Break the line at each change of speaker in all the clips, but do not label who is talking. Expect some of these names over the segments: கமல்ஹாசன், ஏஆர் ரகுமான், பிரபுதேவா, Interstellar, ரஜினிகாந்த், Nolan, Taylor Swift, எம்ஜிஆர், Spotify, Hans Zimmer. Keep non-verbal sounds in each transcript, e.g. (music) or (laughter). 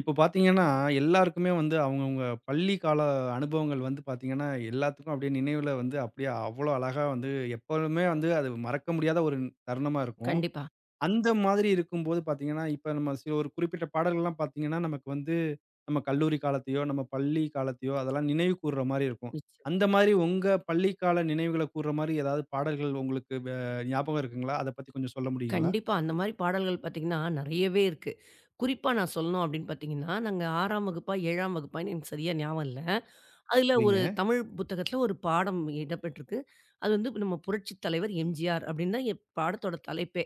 இப்ப பார்த்தீங்கன்னா, எல்லாருக்குமே வந்து அவங்கவங்க பள்ளி கால அனுபவங்கள் வந்து பார்த்தீங்கன்னா, எல்லாத்துக்கும் அப்படியே நினைவுல வந்து அப்படியே அவ்வளோ அழகா வந்து எப்பவுமே வந்து அது மறக்க முடியாத ஒரு தருணமா இருக்கும்.
கண்டிப்பா.
அந்த மாதிரி இருக்கும்போது பார்த்தீங்கன்னா, இப்ப நம்ம சில ஒரு குறிப்பிட்ட பாடல்கள்லாம் பார்த்தீங்கன்னா, நமக்கு வந்து நம்ம கல்லூரி காலத்தையோ, நம்ம பள்ளி காலத்தையோ அதெல்லாம் நினைவு கூர்ற மாரி இருக்கும்.
நிச்சயமா.
அந்த மாரி உங்க பள்ளி கால நினைவுகள கூர்ற மாரி ஏதாவது பாடல்கள் உங்களுக்கு ஞாபகம் இருக்குங்களா? அத பத்தி கொஞ்சம் சொல்ல முடியுங்களா?
கண்டிப்பா. அந்த மாரி பாடல்கள் பார்த்தீங்கன்னா, நெறையவே இருக்கு. குறிப்பா நான் சொல்லணும் அப்படின்னு பார்த்தீங்கன்னா, நாங்க 6ஆம் வகுப்பா, 7ஆம் வகுப்பான்னு எனக்கு சரியா ஞாபகம் இல்ல. அதுல ஒரு
சரிங்க.
தமிழ் புத்தகத்துல ஒரு பாடம் இடம்பெற்றிருக்கு. அது வந்து நம்ம புரட்சித் தலைவர் எம்ஜிஆர் அப்படின்னு தான் என் பாடத்தோட தலைப்பே.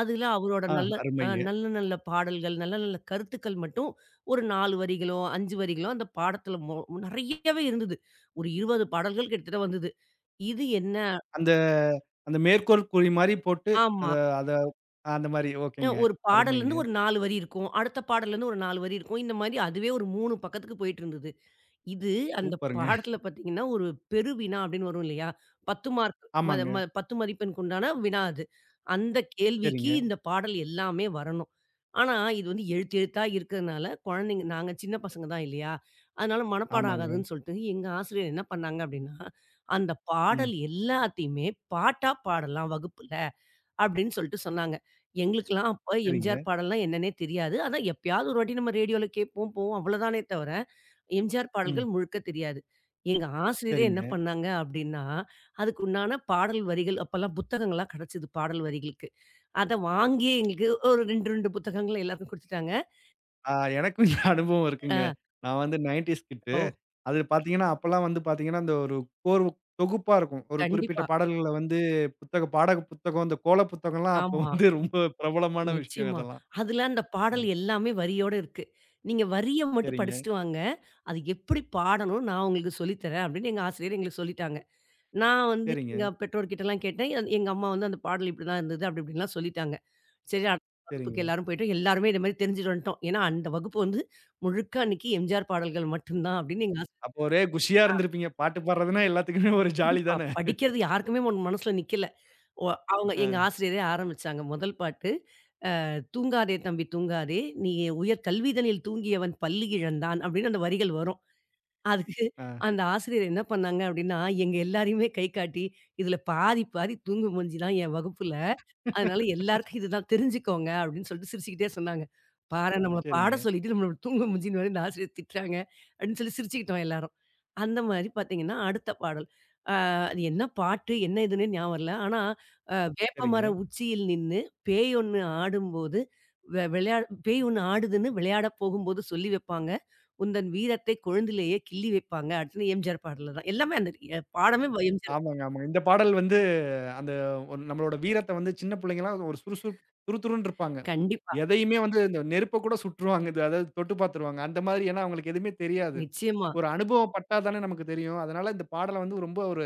அதுல அவரோட
ஆ,
நல்ல
அருமைங்க.
நல்ல நல்ல பாடல்கள், நல்ல நல்ல கருத்துக்கள் மட்டும் ஒரு 4 வரிகளோ, 5 வரிகளோ அந்த பாடத்துல நெறையவே இருந்தது. ஒரு 20 பாடல்கள் கிட்டத்தட்ட வந்தது. இது என்ன
அந்த அந்த மேற்கோள் குறி மாரி போட்டு அத
ஆமா.
அத அந்த மாரி ஓகேங்க.
ஒரு
அருமைங்க.
பாடல்லேருந்து ஒரு 4 வரி இருக்கும். அடுத்த பாடல்லேருந்து ஒரு 4 வரி இருக்கும். இந்த மாரி அதுவே ஒரு 3 பக்கத்துக்கு போயிட்டுருந்தது. இது அந்த
சூப்பருங்க.
பாடத்துல பார்த்தீங்கன்னா, ஒரு பெரு வினா அப்படின்னு வரும் இல்லையா? 10 மார்க் ம
ஆமாங்க.
ம 10 மதிப்பெண்க்கு உண்டான வினா அது. அந்த கேள்விக்கு
சரிங்க.
இந்த பாடல் எல்லாமே வரணும். ஆனா, இது வந்து எழுத்து எழுத்தா இருக்கிறதுனால குழந்தைங்க நாங்க சின்ன பசங்க தான் இல்லையா? அதனால மனப்பாடம்
ஆமாங்க.
ஆகாதுன்னு சொல்லிட்டு, எங்க ஆசிரியர் என்ன பண்ணாங்க அப்படின்னா, அந்த
ம்.
பாடல் எல்லாத்தையுமே பாட்டா பாடலாம் வகுப்புல. அப்படின்னு சொல்லிட்டு சொன்னாங்க. எங்களுக்கெல்லாம் அப்ப
சரிங்க.
எம்ஜிஆர் பாடல்லாம் என்னன்னே தெரியாது. அதான் எப்பயாவது ஒரு வாட்டி நம்ம ரேடியோல கேட்போம், போவோம் அவ்வளோதானே தவிர, எம்ஜிஆர்
ம்.
பாடல்கள் முழுக்க தெரியாது. எங்க ஆசிரியரே என்ன
சரிங்க.
பண்ணாங்க அப்படின்னா, அதுக்கு உண்டான பாடல் வரிகள் அப்பல்லாம் புத்தகங்கள்லாம் கிடைச்சது பாடல் வரிகளுக்கு. அத வாங்கி எங்களுக்கு ஒரு 2, 2 புத்தகங்கள் எல்லாருக்கும் குடுத்துட்டாங்க.
ஆ, எனக்கும் இந்த அனுபவம் இருக்குங்க.
அ
நான் வந்து 90ஸ் கிட்டு.
ஓ!
அது பார்த்தீங்கன்னா, அப்பலாம் வந்து பார்த்தீங்கன்னா, அந்த ஒரு கோர்வு தொகுப்பா இருக்கும். ஒரு குறிப்பிட்ட
கண்டிப்பா.
பாடல்கள வந்து புத்தக பாடக புத்தகம், இந்த கோல புத்தகம்லாம் அப்போ
ஆமா.
வந்து ரொம்ப பிரபலமான விஷயம்
நிச்சயமா.
அதெல்லாம்.
அதுல அந்த
ஆ.
பாடல் எல்லாமே வரியோட இருக்கு. நீங்க வரிய மட்டும்
சரிங்க,
படிச்சுட்டு வாங்க. அது எப்படி பாடணும்னு நான் உங்களுக்கு சொல்லித் தரேன் அப்படின்னு எங்க ஆசிரியர் எங்களுக்கு சொல்லிட்டாங்க. நான் வந்து
சரிங்க,
எங்க பெற்றோர்கிட்டலாம் கேட்டேன். எங்க அம்மா வந்து அந்த பாடல் இப்படிதான் இருந்தது. அப்படி இப்படின்லாம் சொல்லிட்டாங்க. சரி அடுத்த வகுப்புக்கு
சரிங்க.
எல்லாரும் போயிட்டோம். எல்லாருமே இந்த மாரி தெரிஞ்சுட்டு வந்துட்டோம். ஏன்னா அந்த வகுப்பு வந்து முழுக்க அன்னைக்கு எம்ஜிஆர் பாடல்கள் மட்டும் தான் அப்படின்னு எங்க ஆசிரியர்
அப்போ ஒரே குஷியா இருந்திருப்பீங்க. பாட்டு பாடுறதுன்னா எல்லாத்துக்குமே ஒரு ஜாலி
கண்டிப்பா
தானே!
படிக்கிறது யாருக்குமே மனசுல நிக்கல. ஒ அவங்க எங்க
ஆ,
ஆசிரியரே ஆரம்பிச்சாங்க. முதல் பாட்டு "தூங்காதே தம்பி தூங்காதே, நீ உயர் கல்விதனில் தூங்கியவன் பள்ளி இழந்தான்" அப்படின்னு அந்த வரிகள் வரும். அதுக்கு
ஆ.
அந்த ஆசிரியர் என்ன பண்ணாங்க அப்படின்னா, எங்க எல்லாரையுமே கை காட்டி, "இதுல பாதி பாதி தூங்கு மூஞ்சி தான் என் வகுப்புல." அதனால எல்லாருக்கும் இதுதான் தெரிஞ்சுக்கோங்க அப்படின்னு சொல்லிட்டு சிரிச்சுக்கிட்டே சொன்னாங்க. பாரேன் நம்மள பாட
சரிங்க,
சொல்லிட்டு நம்மள தூங்க மூஞ்சின்னு வேற இந்த ஆசிரியர் திட்டுறாங்க அப்படின்னு சொல்லி சிரிச்சுக்கிட்டோம் எல்லாரும். அந்த மாரி பார்த்தீங்கன்னா, அடுத்த பாடல். அது என்ன பாட்டு, என்ன இதுன்னே ஞாபகம் இல்ல. ஆனா வேப்பமர
சரிங்க.
உச்சியில் நின்னு பேய் ஒண்ணு ஆடும்போது வெ விளையா பேய் ஒண்ணு ஆடுதுன்னு விளையாட போகும்போது சொல்லி வைப்பாங்க. உந்தன் வீரத்தை கொழுந்திலேயே கிள்ளி வைப்பாங்க. அடுத்து எம்ஜிஆர் பாடல தான். எல்லாமே அந்த பாடமே எம்ஜிஆர்.
ஆமாங்க, ஆமாங்க. இந்த பாடல் வந்து அந்த ஒரு நம்மளோட வீரத்த வந்து சின்ன பிள்ளைங்கலாம் ஒரு துருதுருன்னு இருப்பாங்க.
கண்டிப்பா.
எதையுமே வந்து இந்த நெருப்ப கூட சுட்டுருவாங்க. இது அதாவது தொட்டு பார்த்துருவாங்க. அந்த மாதிரி ஏன்னா அவங்களுக்கு எதுவுமே தெரியாது.
நிச்சயமா.
ஒரு அனுபவம் பட்டா தானே நமக்கு தெரியும். அதனால இந்த பாடல வந்து ரொம்ப ஒரு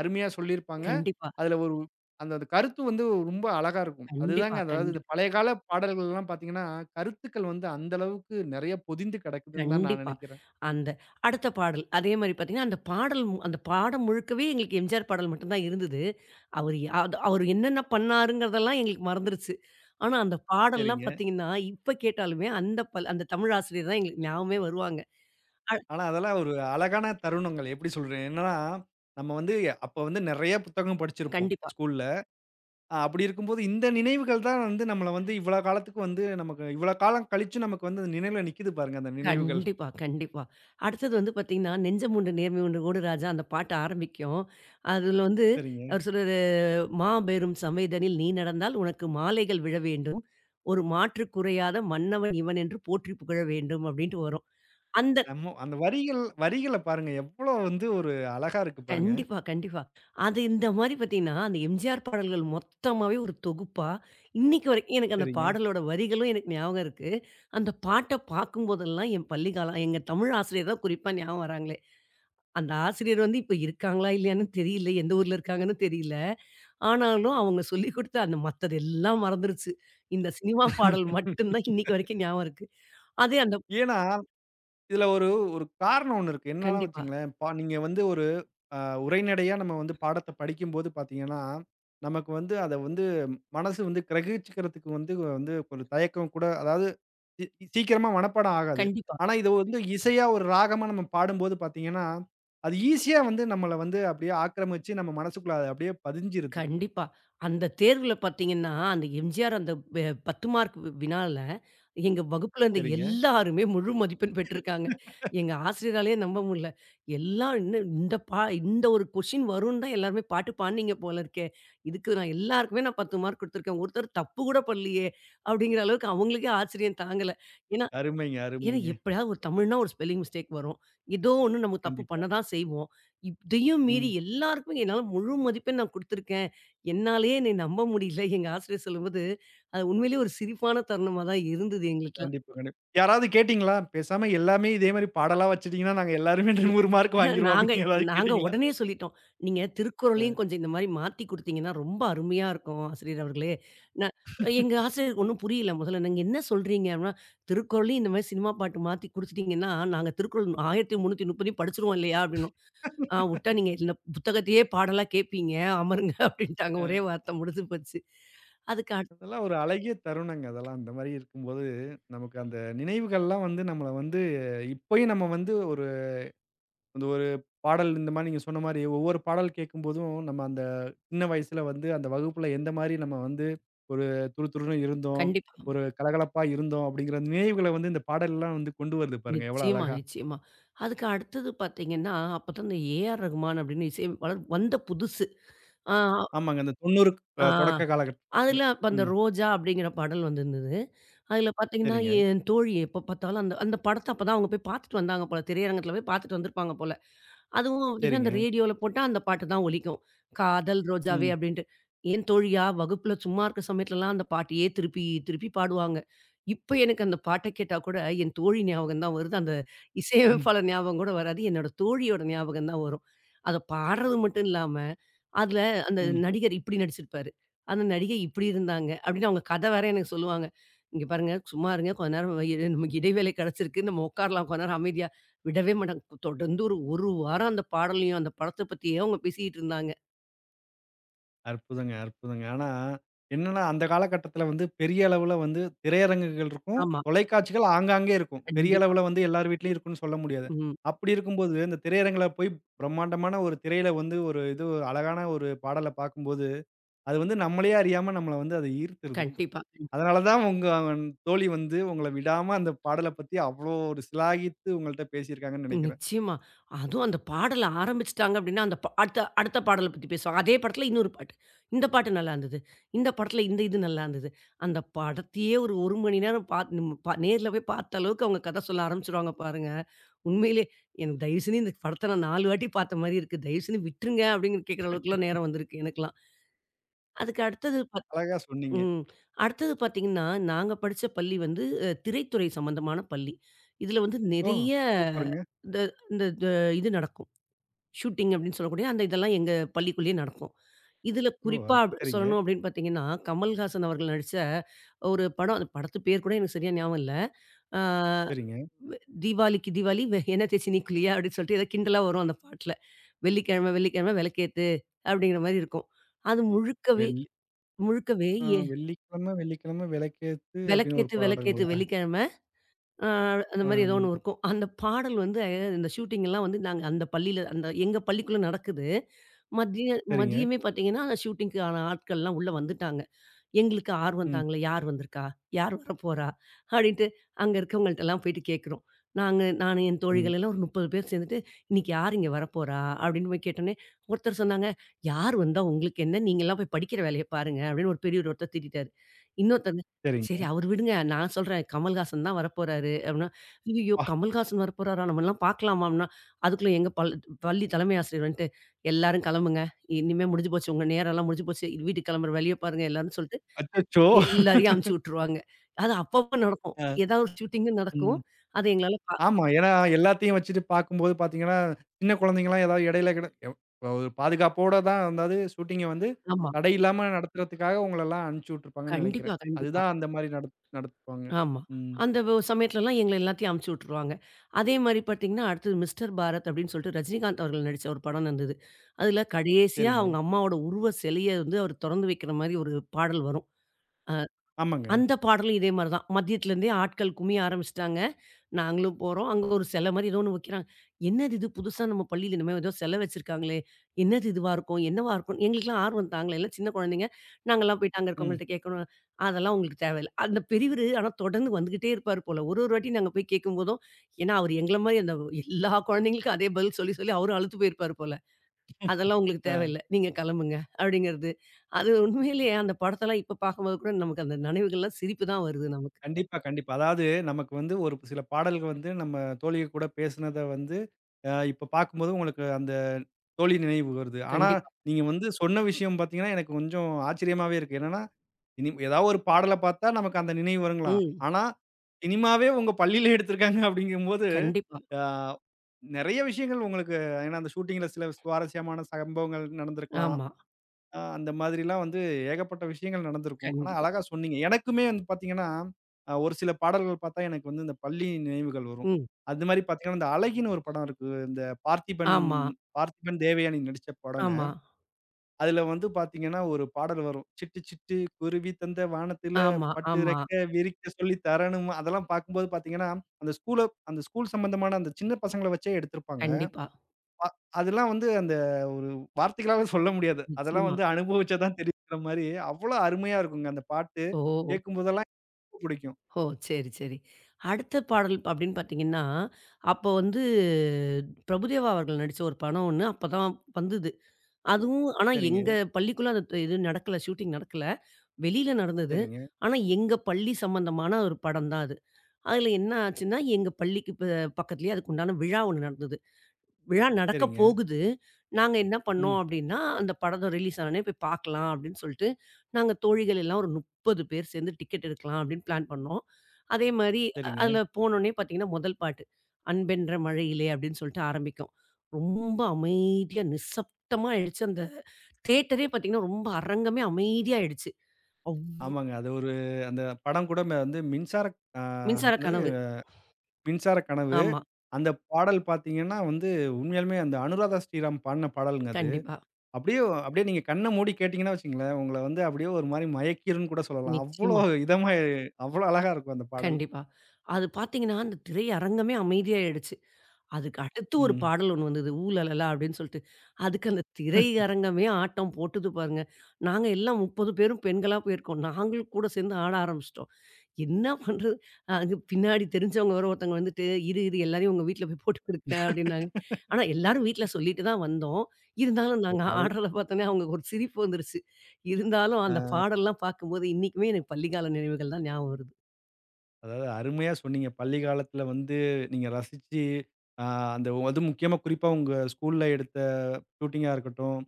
அருமையா சொல்லியிருப்பாங்க.
கண்டிப்பா,
அதுல ஒரு அந்த அந்த கருத்து வந்து ரொம்ப அழகா இருக்கும்.
கண்டிப்பா,
அதுதாங்க அதாவது இந்த
கண்டிப்பா.
பழைய கால பாடல்கள்லாம் பார்த்தீங்கன்னா, கருத்துக்கள் வந்து அந்த அளவுக்கு நெறைய பொதிந்து கிடக்குதுன்னு தான் நான்
கண்டிப்பா.
நெனைக்கிறேன்.
அந்த அடுத்த பாடல். அதே மாரி பார்த்தீங்கன்னா, அந்த பாடம் முழுக்கவே எங்களுக்கு எம்ஜிஆர் பாடல் மட்டும் தான் இருந்தது. அவரு என்னென்ன பண்ணாருங்கிறதெல்லாம் எங்களுக்கு மறந்துருச்சு. ஆனா அந்த பாடல்லாம்
சரிங்க.
பார்த்தீங்கன்னா, இப்ப கேட்டாலுமே அந்த தமிழ் ஆசிரியர் தான் எங்களுக்கு ஞாபகமே வருவாங்க. அ
ஆனா அதெல்லாம் ஒரு அழகான தருணங்கள். எப்படி சொல்றேன்? என்னன்னா, நம்ம வந்து அப்ப வந்து நெறைய புத்தகம் படிச்சிருப்போம்
கண்டிப்பா,
ஸ்கூல்ல. அப்படி இருக்கும்போது, இந்த நினைவுகள் தான் வந்து நம்மள வந்து இவ்வளோ காலத்துக்கு வந்து நமக்கு இவ்வளோ காலம் கழிச்சும் நமக்கு வந்து அந்த நினைவுல நிக்குது பாருங்க, அந்த நினைவுகள்.
கண்டிப்பா, கண்டிப்பா. அடுத்தது வந்து பார்த்தீங்கன்னா, "நெஞ்சமுண்டு நேர்மை உண்டு ஓடு ராஜா" அந்த பாட்டு ஆரம்பிக்கும். அதுல வந்து
சரிங்க.
அவர் சொல்லுவாரு மாபெரும் சமேதனில் நீ நடந்தால் உனக்கு மாலைகள் விழ வேண்டும். ஒரு மாற்று குறையாத மன்னவன் இவன் என்று போற்றிப் புகழ வேண்டும் அப்படின்ட்டு வரும். அந்த
நம்ம அந்த வரிகள் வரிகள பாருங்க, எவ்வளோ வந்து ஒரு அழகா இருக்கு பாருங்க.
கண்டிப்பா, கண்டிப்பா. அது இந்த மாரி பார்த்தீங்கன்னா, அந்த எம்ஜிஆர் பாடல்கள் மொத்தமாவே ஒரு தொகுப்பா, இன்னைக்கு வரைக்கும் எனக்கு அந்த
சரிங்க.
பாடலோட வரிகளும் எனக்கு ஞாபகம் இருக்கு. அந்த பாட்ட பார்க்கும்போதெல்லாம் என் பள்ளி காலம் எங்க தமிழ் ஆசிரியர் தான் குறிப்பா ஞாபகம் வராங்களே. அந்த ஆசிரியர் வந்து இப்ப இருக்காங்களா? இல்லையான்னு தெரியல. எந்த ஊர்ல இருக்காங்கன்னு தெரியல. ஆனாலும் அவங்க சொல்லிக் குடுத்த அந்த மத்தது எல்லாம் மறந்துருச்சு. இந்த சினிமா பாடல் மட்டும் தான் இன்னைக்கு வரைக்கும் ஞாபகம் இருக்கு. அதே அந்த
ஏன்னா, இதுல ஒரு ஒரு காரணம் ஒண்ணு இருக்கு. என்னன்னா
கண்டிப்பா,
வச்சுக்கங்களேன், நீங்க வந்து ஒரு அ உரைநடையா நம்ம வந்து பாடத்த படிக்கும்போது பார்த்தீங்கன்னா, நமக்கு வந்து அத வந்து மனசு வந்து கிரகிச்சுக்கிறதுக்கு வந்து வந்து ஒரு தயக்கம் கூட அதாவது சி சீக்கிரமா மனப்பாடம் ஆகாது.
கண்டிப்பா,
ஆனா இத வந்து இசையா ஒரு ராகமா நம்ம பாடும்போது பார்த்தீங்கன்னா, அது ஈஸியா வந்து நம்மள வந்து அப்படியே ஆக்கிரமிச்சு நம்ம மனசுக்குள்ள அது அப்படியே பதிஞ்சிருது.
கண்டிப்பா. அந்த தேர்வுல பார்த்தீங்கன்னா, அந்த எம்ஜிஆர் அந்த வெ 10 மார்க் வினால எங்க வகுப்புல இருந்த
சரிங்க.
எல்லாருமே முழு மதிப்பெண் பெற்றிருக்காங்க. எங்க ஆசிரியராலயே நம்ப முடியல. எல்லாம் இன்னும் இந்த ஒரு கொஸ்டின் வரும்ன்னு தான் எல்லாருமே பாட்டு பாடுனீங்க போல இருக்கே. இதுக்கு நான் எல்லாருக்குமே நான் 10 மார்க் குடுத்துருக்கேன். ஒருத்தர் தப்பு கூட பண்ணலையே! அப்படிங்கிற அளவுக்கு அவங்களுக்கே ஆச்சரியம் தாங்கல.
அருமைங்க,
ஏன்னா
அருமைங்க.
எப்படியாவது ஒரு தமிழ்னா ஒரு ஸ்பெல்லிங் மிஸ்டேக் வரும். ஏதோ ஒண்ணு நம்ம தப்பு
கண்டிப்பா.
பண்ண தான் செய்வோம். இதையும் மீறி
ம்.
எல்லாருக்கும் என்னால முழு மதிப்பெண் நான் குடுத்துருக்கேன். என்னாலயே என்னை நம்ப முடியல. எங்க ஆசிரியர் சொல்லும்போது, அது உண்மையிலேயே ஒரு சிரிப்பான தருணமா தான் இருந்தது எங்களுக்கெல்லாம்.
கண்டிப்பா, கண்டிப்பா. யாராவது கேட்டீங்களா? பேசாம எல்லாமே இதே மாரி பாடலா வச்சுட்டீங்கன்னா, நாங்க எல்லாருமே
(laughs)
100 மார்க் வாங்கிருவோம்
நாங்க
அப்படின்னு ஏதாவது
நாங்க
கேட்டீங்களா?
உடனே சொல்லிட்டோம். "நீங்க திருக்குறளையும் கொஞ்சம் இந்த மாரி மாத்தி குடுத்தீங்கன்னா ரொம்ப அருமையா இருக்கும் ஆசிரியர் அவர்களே." நான் எங்க ஆசிரியருக்கு ஒண்ணும் புரியல முதல்ல. "நீங்க என்ன சொல்றீங்க?" அப்படின்னா, "திருக்குறளையும் இந்த மாரி சினிமா பாட்டு மாத்தி குடுத்துட்டீங்கன்னா, நாங்க திருக்குறள் 1330 படிச்சுருவோம் இல்லையா?" அப்படின்னோம். ஆ உட்டா நீங்க இந்த புத்தகத்தையே பாடலா கேட்பீங்க. அமருங்க (laughs) அப்டின்ட்டாங்க.
அ.
ஒரே வார்த்த முடிஞ்சு போச்சு. அதுக்கு அடுத்
அதெல்லாம் ஒரு அழகிய தருணங்க அதெல்லாம். அந்த மாரி இருக்கும்போது, நமக்கு அந்த நினைவுகள்லாம் வந்து நம்மள வந்து இப்பயும் நம்ம வந்து ஒரு அந்த ஒரு பாடல் இந்த மாரி நீங்க சொன்ன மாரி ஒவ்வொரு பாடல் கேட்கும்போதும், நம்ம அந்த சின்ன வயசுல வந்து அந்த வகுப்புல எந்த மாரி நம்ம வந்து ஒரு துருதுருன்னு இருந்தோம்.
கண்டிப்பா.
ஒரு கலகலப்பா இருந்தோம் அப்படிங்கிற நினைவுகள வந்து இந்த பாடல்லாம் வந்து கொண்டு வருது பாருங்க. எவ்வளோ
நிச்சயமா,
அழகா.
நிச்சயமா. அதுக்கு அடுத்தது பார்த்தீங்கன்னா, அப்பதான் இந்த ஏஆர் ரகுமான் அப்படின்னு இசையமைப்பாளர் வந்த புதுசு. ஆ,
ஆமாங்க. அந்த 90
ஆ.
தொடக்க காலகட்டத்தில.
அதுல அப்ப அந்த
ம்.
ரோஜா அப்படிங்கிற பாடல் வந்திருந்தது. அதுல பார்த்தீங்கன்னா,
சரிங்க,
என் தோழி எப்ப பார்த்தாலும் அந்த அந்த படத்த அப்பதான் அவங்க போய் பார்த்துட்டு வந்தாங்க போல. திரையரங்கத்துல போய் பார்த்துட்டு வந்திருப்பாங்க போல. அதுவும் அப்டின்னா, அந்த
சரிங்க.
ரேடியோல போட்டா அந்த பாட்டு தான் ஒலிக்கும். காதல் ரோஜாவே
ம்.
அப்டின்ட்டு. என் தோழியா வகுப்புல சும்மா இருக்க சமயத்துலலாம் அந்த பாட்டையே திருப்பி, திருப்பி பாடுவாங்க. இப்ப எனக்கு அந்த பாட்ட கேட்டா கூட என் தோழி ஞாபகம் தான் வருது. அந்த
ம்.
இசையமைப்பாளர் ஞாபகம் கூட வராது. என்னோட தோழியோட ஞாபகம் தான் வரும். அத பாடுறது மட்டும் இல்லாம அதுல அந்த
ம்.
நடிகர் இப்படி நடிச்சிருப்பாரு. அந்த நடிகை இப்படி இருந்தாங்க. அப்படின்னு அவங்க கதை வேற எனக்கு சொல்லுவாங்க. "இங்க பாருங்க, சும்மா இருங்க. கொஞ்ச நேரம் இரு நமக்கு இடைவேளை கிடைச்சிருக்கு. நம்ம உட்காரலாம் கொஞ்ச நேரம் அமைதியா." விடவே மாட்டாங்க. தொடர்ந்து ஒரு 1 வாரம் அந்த பாடலையும், அந்த படத்த பத்தியே அவங்க பேசிட்டு இருந்தாங்க.
அற்புதங்க, அற்புதங்க. ஆனா, என்னன்னா அந்த காலகட்டத்தில வந்து பெரிய அளவுல வந்து திரையரங்குகள் இருக்கும்.
ஆமா.
தொலைக்காட்சிகள் ஆங்காங்கே இருக்கும். பெரிய
கண்டிப்பா.
அளவுல வந்து எல்லார் வீட்லயும் இருக்குன்னு சொல்ல முடியாது.
ம்.
அப்படி இருக்கும்போது, இந்த திரையரங்குல போய் பிரம்மாண்டமான ஒரு திரையில வந்து ஒரு இது ஒரு அழகான ஒரு பாடல பார்க்கும்போது, அது வந்து நம்மளயே அறியாம நம்மள வந்து அத ஈர்த்துருது.
கண்டிப்பா. கண்டிப்பா.
அதனால தான் உங்க அவன் தோழி வந்து உங்கள விடாம அந்த பாடல பத்தி அவ்ளோ ஒரு சிலாகித்து உங்கள்ட்ட பேசியிருக்காங்கன்னு நினைக்கிறேன்.
நிச்சயமா. அதுவும் அந்த பாடல ஆரம்பிச்சுட்டாங்க அப்டின்னா, அந்த ப அடுத்த அடுத்த பாடல பத்தி பேசுவாங்க. அதே படத்துல இன்னொரு பாட்டு. இந்த பாட்டு நல்லாருந்தது. இந்த படத்துல இந்த இது நல்லாருந்தது. அந்த படத்தையே ஒரு 1 மணி நேரம் பாத் நம் ப நேர்ல போய் பார்த்த அளவுக்கு அவங்க கதை சொல்ல ஆரம்பிச்சுருவாங்க பாருங்க. உண்மையிலே எனக்கு தயவு செஞ்சு இந்த படத்த நான் 4 வாட்டி பார்த்த மாரி இருக்கு. தயவு செஞ்சு விட்டுருங்க அப்டின்னு கேட்குற அளவுக்குலாம் நேரம் வந்திருக்கு எனக்கெல்லாம். அதுக்கு அடுத்தது பாத்
அழகா சொன்னீங்க.
ம். அடுத்தது பார்த்தீங்கன்னா, நாங்க படிச்ச பள்ளி வந்து திரைத்துறை சம்மந்தமான பள்ளி. இதுல வந்து
ஓ!
நெறைய
சூப்பருங்க.
இந்த இந்த த இது நடக்கும். ஷூட்டிங் அப்படின்னு சொல்லக்கூடிய அந்த இதெல்லாம் எங்க பள்ளிக்குள்ளேயே நடக்கும். இதுல
ஓ!
குறிப்பா
சரிங்க,
சொல்லணும் அப்படின்னு பார்த்தீங்கன்னா, கமல்ஹாசன் அவர்கள் நடிச்ச ஒரு படம். அந்த படத்து பேர் கூட எனக்கு சரியா ஞாபகம் இல்ல. ஆ
சரிங்க.
வ் "தீபாவளிக்கு தீபாவளி எண்ணெய் தேய்ச்சி நீ குளியா" அப்படின்னு சொல்லிட்டு ஏதோ கிண்டலா வரும் அந்த பாட்டுல. "வெள்ளிக்கிழமை, வெள்ளிக்கிழமை விளக்கேத்து" அப்படிங்கிற மாரி இருக்கும். அது முழுக்கவே
வெள்ளி,
முழுக்கவே
ஆ, "வெள்ளிக்கிழமை வெள்ளிக்கிழமை விளக்கேத்து" அப்படின்னு ஒரு
விளக்கேத்து, விளக்கேத்து
பாடல்களா?
வெள்ளிக்கிழமை. அ அந்த
ஆ,
மாரி ஏதோ ஒண்ணு இருக்கும். அந்த பாடல் வந்து இந்த ஷூட்டிங்லாம் வந்து நாங்க அந்த பள்ளியில அந்த எங்க பள்ளிக்குள்ள நடக்குது. மதிய
சரிங்க.
மதியமே பார்த்தீங்கன்னா, அந்த ஷூட்டிங்க்கான ஆட்கள்லாம் உள்ள வந்துட்டாங்க. எங்களுக்கு ஆர்வம்
ம்.
தாங்கல. யார் வந்திருக்கா? யார் வரப்போறா? அப்படின்ட்டு அங்க இருக்கவங்கள்ட்டலாம் போயிட்டு கேட்குறோம். நாங்க நானு, என்
சரிங்க,
தோழிகள் எல்லாம் ஒரு 30 பேர் சேர்ந்துட்டு, "இன்னைக்கு யார் இங்க வரப்போறா?" அப்படின்னு போய் கேட்டோனே, ஒருத்தர் சொன்னாங்க, "யார் வந்தா உங்களுக்கு என்ன? நீங்கலாம் போய் படிக்கிற வேலைய பாருங்க" அப்படின்னு ஒரு பெரியவர் ஒருத்தர் திட்டிட்டாரு. இன்னொருத்தங்க,
சரிங்க.
"சரி அவரு விடுங்க. நான் சொல்றேன். கமல்ஹாசன் தான் வரப்போறாரு" அப்படின்னா, "ஐயய்யோ!
அ
கமல்ஹாசன் வரப்போறாரா? நம்மலாம் பார்க்கலாமா?" அப்படின்னா, அதுக்குள்ள எங்க பள்ளி தலைமை ஆசிரியர் வந்துட்டு, "எல்லாரும் கிளம்புங்க. இனிமே முடிஞ்சு போச்சு. உங்க நேரம்லாம் முடிஞ்சு போச்சு. வீட்டுக்கு கிளம்புற வழிய பாருங்க எல்லாரும்" சொல்லிட்டு
அச்சச்சோ!
எல்லாரையும் அனுப்பிச்சு விட்டுருவாங்க. அது அப்பப்ப நடக்கும்.
அ
ஏதாவது ஒரு ஷூட்டிங்கும் நடக்கும்.
ம்.
அது எங்களால பா
ஆமா. ஏன்னா எல்லாத்தையும் வச்சுட்டு பார்க்கும்போது பார்த்தீங்கன்னா, சின்ன குழந்தைங்கலாம் ஏதாவது இடையில கிட ஒரு பாதுகாப்போட தான் அதாவது ஷூட்டிங்க வந்து
ஆமா.
தடை இல்லாம நடத்துறதுக்காக உங்களெல்லாம் அனுப்பிச்சு விட்டுருப்பாங்கன்னு நினைக்கிறேன்.
கண்டிப்பா, கண்டிப்பா.
அதுதான் அந்த மாரி நடத்துவாங்க.
ஆமா.
ம்.
அந்த வ சமயத்துலலாம் எங்கள எல்லாத்தையும் அனுப்பிச்சு விட்டுருவாங்க. அதே மாரி பார்த்தீங்கன்னா, அடுத்தது மிஸ்டர் பாரத் அப்படின்னு சொல்லிட்டு ரஜினிகாந்த் அவர்கள் நடிச்ச ஒரு படம் இருந்தது. அதுல கடைசியா
சரிங்க.
அவங்க அம்மாவோட உருவ சிலைய வந்து அவர் தொறந்து வைக்கிற மாரி ஒரு பாடல் வரும்.
ஆமாங்க.
அந்த பாடலும் இதே மாரி தான். மதியத்துலேருந்தே ஆட்கள் குமிய ஆரம்பிச்சுட்டாங்க. நாங்களும் போறோம். அங்க ஒரு சிலை மாரி ஏதோ ஒண்ணு வைக்கிறாங்க. "என்னது இது புதுசா நம்ம பள்ளியில இந்த மாரி ஏதோ சிலை வச்சிருக்காங்களே! என்னது இதுவா இருக்கும்? என்னவா இருக்கும்?" எங்களுக்கெல்லாம் ஆர்வம் தாங்கல. எல்லாம் சின்ன குழந்தைங்க. நாங்கலாம் போயிட்டு அங்க
ம்.
இருக்கவங்கள்ட்ட கேட்கணும். அதெல்லாம் உங்களுக்கு தேவையில்ல. அந்த பெரியவரு ஆனா தொடர்ந்து வந்துகிட்டே இருப்பார் போல. ஒரு ஒரு வாட்டி நாங்க போய் கேட்கும்போதும் ஏன்னா, அவரு எங்கள மாரி அந்த எல்லா குழந்தைங்களுக்கும் அதே பதில் சொல்லி, சொல்லி அவரும் அலுத்து போயிருப்பார் போல. அதெல்லாம் உங்களுக்கு தேவையில்ல. நீங்க கெளம்புங்க அப்டிங்கிறது. அது உண்மையிலேயே அந்த படத்தெல்லாம் இப்ப பார்க்கும்போது கூட நமக்கு அந்த நினைவுகள்லாம் சிரிப்பு தான் வருது நமக்கு.
கண்டிப்பா, கண்டிப்பா. அதாவது நமக்கு வந்து ஒரு சில பாடல்கள் வந்து நம்ம தோழிய கூட பேசுனத வந்து, இப்ப பார்க்கும்போது உங்களுக்கு அந்த தோழி நினைவு வருது. ஆனா,
கண்டிப்பா.
நீங்க வந்து சொன்ன விஷயம் பார்த்தீங்கன்னா, எனக்கு கொஞ்சம் ஆச்சரியமாவே இருக்கு. என்னன்னா, இனி ஏதாவது ஒரு பாடல பார்த்தா நமக்கு அந்த நினைவு வருங்கலாம்.
ம்.
ஆனா, சினிமாவே உங்க பள்ளியில எடுத்திருக்காங்க (laughs) அப்படிங்கும்போது,
கண்டிப்பா.
அ நெறைய விஷயங்கள் உங்களுக்கு ஏன்னா அந்த ஷூட்டிங்கில சில சுவாரஸ்யமான சம்பவங்கள் நடந்திருக்கலாம்.
ஆமா.
ஆ, அந்த மாதிரிலாம் வந்து ஏகப்பட்ட விஷயங்கள் நடந்திருக்கும். ஆனா
கண்டிப்பா.
அழகா சொன்னீங்க. எனக்குமே வந்து பார்த்தீங்கன்னா, ஒரு சில பாடல்கள் பார்த்தா எனக்கு வந்து இந்த பள்ளி நினைவுகள் வரும்.
ம்.
அது மாரி பார்த்தீங்கன்னா, இந்த அழகின்னு ஒரு படம் இருக்கு. இந்த பார்த்திபன்,
ஆமா,
பார்த்திபன், தேவயானி நடிச்ச படங்க.
ஆமா,
அதுல வந்து பார்த்தீங்கன்னா, ஒரு பாடல் வரும். சிட்டு சிட்டு குருவி தந்த வானத்தில
ஆமா,
பட்டு
ஆமா.
ரெக்க விரிக்க சொல்லி தரணுமா அதெல்லாம் பார்க்கும்போது பார்த்தீங்கன்னா, அந்த அந்த ஸ்கூல் சம்பந்தமான அந்த சின்ன பசங்கள வச்சே எடுத்திருப்பாங்க.
கண்டிப்பா.
அ அதெல்லாம் வந்து அந்த ஒரு வார்த்தைகளால சொல்ல முடியாது. அதெல்லாம்
நிச்சயமா.
வந்து அனுபவிச்சா தான் தெரியுங்கிற மாரி, அவ்வளோ அருமையா இருக்குங்க அந்த பாட்டு.
ஓ!
கேட்கும்போதெல்லாம் ரொம்ப பிடிக்கும்.
ஓ! சரி, சரி. அடுத்த பாடல் அப்டின்னு பார்த்தீங்கன்னா, அப்போ வந்து பிரபுதேவா அவர்கள் நடிச்ச ஒரு படம் ஒண்ணு அப்பதான் வந்தது. அதுவும் ஆனா
சரிங்க,
எங்க பள்ளிக்குள்ள அந்த இது நடக்கல ஷூட்டிங் நடக்கல. வெளியில நடந்தது.
சரிங்க,
ஆனா, எங்க பள்ளி சம்மந்தமான ஒரு படம் தான் அது. அதுல என்ன ஆச்சுன்னா, எங்க பள்ளிக்கு ப பக்கத்திலேயே அதுக்குண்டான விழா ஒண்ணு நடந்தது. விழா நடக்க
சரிங்க.
போகுது. நாங்க என்ன
ம்.
பண்ணோம் அப்படின்னா, அந்த படம் ரிலீஸ் ஆன உடனே போய் பார்க்கலாம் அப்படின்னு சொல்லிட்டு, நாங்க தோழிகள் எல்லாம் ஒரு 30 பேர் சேர்ந்து டிக்கெட் எடுக்கலாம் அப்படின்னு பிளான் பண்ணோம். அதே மாரி
சரிங்க.
அதுல போனோனே பார்த்தீங்கன்னா, முதல் பாட்டு "அன்பென்ற மழையிலே" அப்படின்னு சொல்லிட்டு ஆரம்பிக்கும். ரொம்ப அமைதியா நிசப்தமா ஆயிடுச்சு. அந்த தியேட்டரே பார்த்தீங்கன்னா, ரொம்ப அரங்கமே அமைதியாயிடுச்சு. அவ்
ஆமாங்க. அது ஒரு அந்த படம் கூட வந்து மின்சார, அ
மின்சார
என்னது,
கனவு.
மின்சார கனவு.
ஆமா.
அந்த பாடல் பார்த்தீங்கன்னா வந்து உண்மையாலுமே அந்த அனுராதா ஸ்ரீராம் பாடுன பாடல்ங்க அது.
கண்டிப்பா.
அப்படியே அப்படியே நீங்க கண்ண மூடி கேட்டீங்கன்னா வச்சுக்கங்களேன், உங்கள வந்து அப்படியே ஒரு மாரி மயக்கிரும்ன்னு கூட சொல்லலாம். அவ்வளோ
நிச்சயமா.
இதமா அவ்வளோ அழகா இருக்கும் அந்த பாடல்.
கண்டிப்பா. அது பார்த்தீங்கன்னா, அந்த திரையரங்கமே அமைதியாயிடுச்சு. அதுக்கு அடுத்து ஒரு
ம்.
பாடல் ஒண்ணு வந்தது. "ஊலலலா" அப்படின்னு சொல்லிட்டு. அதுக்கு அந்த திரையரங்கமே ஆட்டம் போட்டது பாருங்க. நாங்க எல்லாம் 30 பேரும் பெண்களா போயிருக்கோம். நாங்களும் கூட சேர்ந்து ஆட ஆரம்பிச்சுட்டோம். என்ன பண்றது? அங்க பின்னாடி தெரிஞ்சவங்க வேற ஒருத்தவங்க வந்துட்டு, "இரு, இரு எல்லாரையும் உங்க வீட்ல போய் போட்டு குடுக்குறேன்" அப்படின்னாங்க. ஆனா எல்லாரும் வீட்ல சொல்லிட்டு தான் வந்தோம். இருந்தாலும்
ஓ!
நாங்க
அதுல
ஆடுறத பார்த்தோன்னே அவங்களுக்கு ஒரு சிரிப்பு வந்துருச்சு. இருந்தாலும் அந்த பாடல்லாம் பார்க்கும்போது இன்னைக்குமே எனக்கு பள்ளிக்கால நினைவுகள் தான் ஞாபகம் வருது.
அதாவது அருமையா சொன்னீங்க. பள்ளி காலத்துல வந்து நீங்க ரசிச்சு, அ அந்த அதுவும் முக்கியமா குறிப்பா உங்க ஸ்கூல்ல எடுத்த ஷூட்டிங்கா இருக்கட்டும்,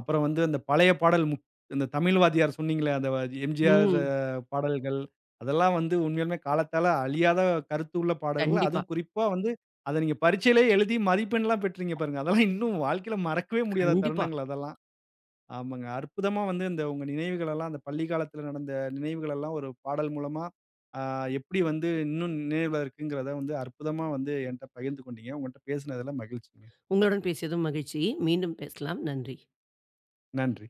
அப்புறம் வந்து அந்த பழைய பாடல் இந்த தமிழ் வாத்தியார் சொன்னீங்களே, அந்த எம்ஜிஆர்
ம்.
பாடல்கள், அதெல்லாம் வந்து உண்மையாலுமே காலத்தால அழியாத கருத்து உள்ள பாடல்கள்.
கண்டிப்பா,
அதுவும் குறிப்பா வந்து அத நீங்க பரீட்சையிலே எழுதி மதிப்பெண்லாம் பெற்றீங்க பாருங்க. அதெல்லாம் இன்னும் வாழ்க்கையில மறக்கவே முடியாத
கண்டிப்பா.
தருணங்கள் அதெல்லாம். ஆமாங்க. அற்புதமா வந்து இந்த உங்க நினைவுகள் எல்லாம் அந்த பள்ளி காலத்துல நடந்த நினைவுகள் எல்லாம் ஒரு பாடல் மூலமா, ஆ, எப்படி வந்து இன்னும் நினைவுல இருக்குங்கிறத வந்து அற்புதமா வந்து என்ட்ட பகிர்ந்து கொண்டீங்க. உங்கள்ட்ட பேசினதுல மகிழ்ச்சிங்க.
உங்களுடன் பேசியதும் மகிழ்ச்சி. மீண்டும் பேசலாம். நன்றி.
நன்றி.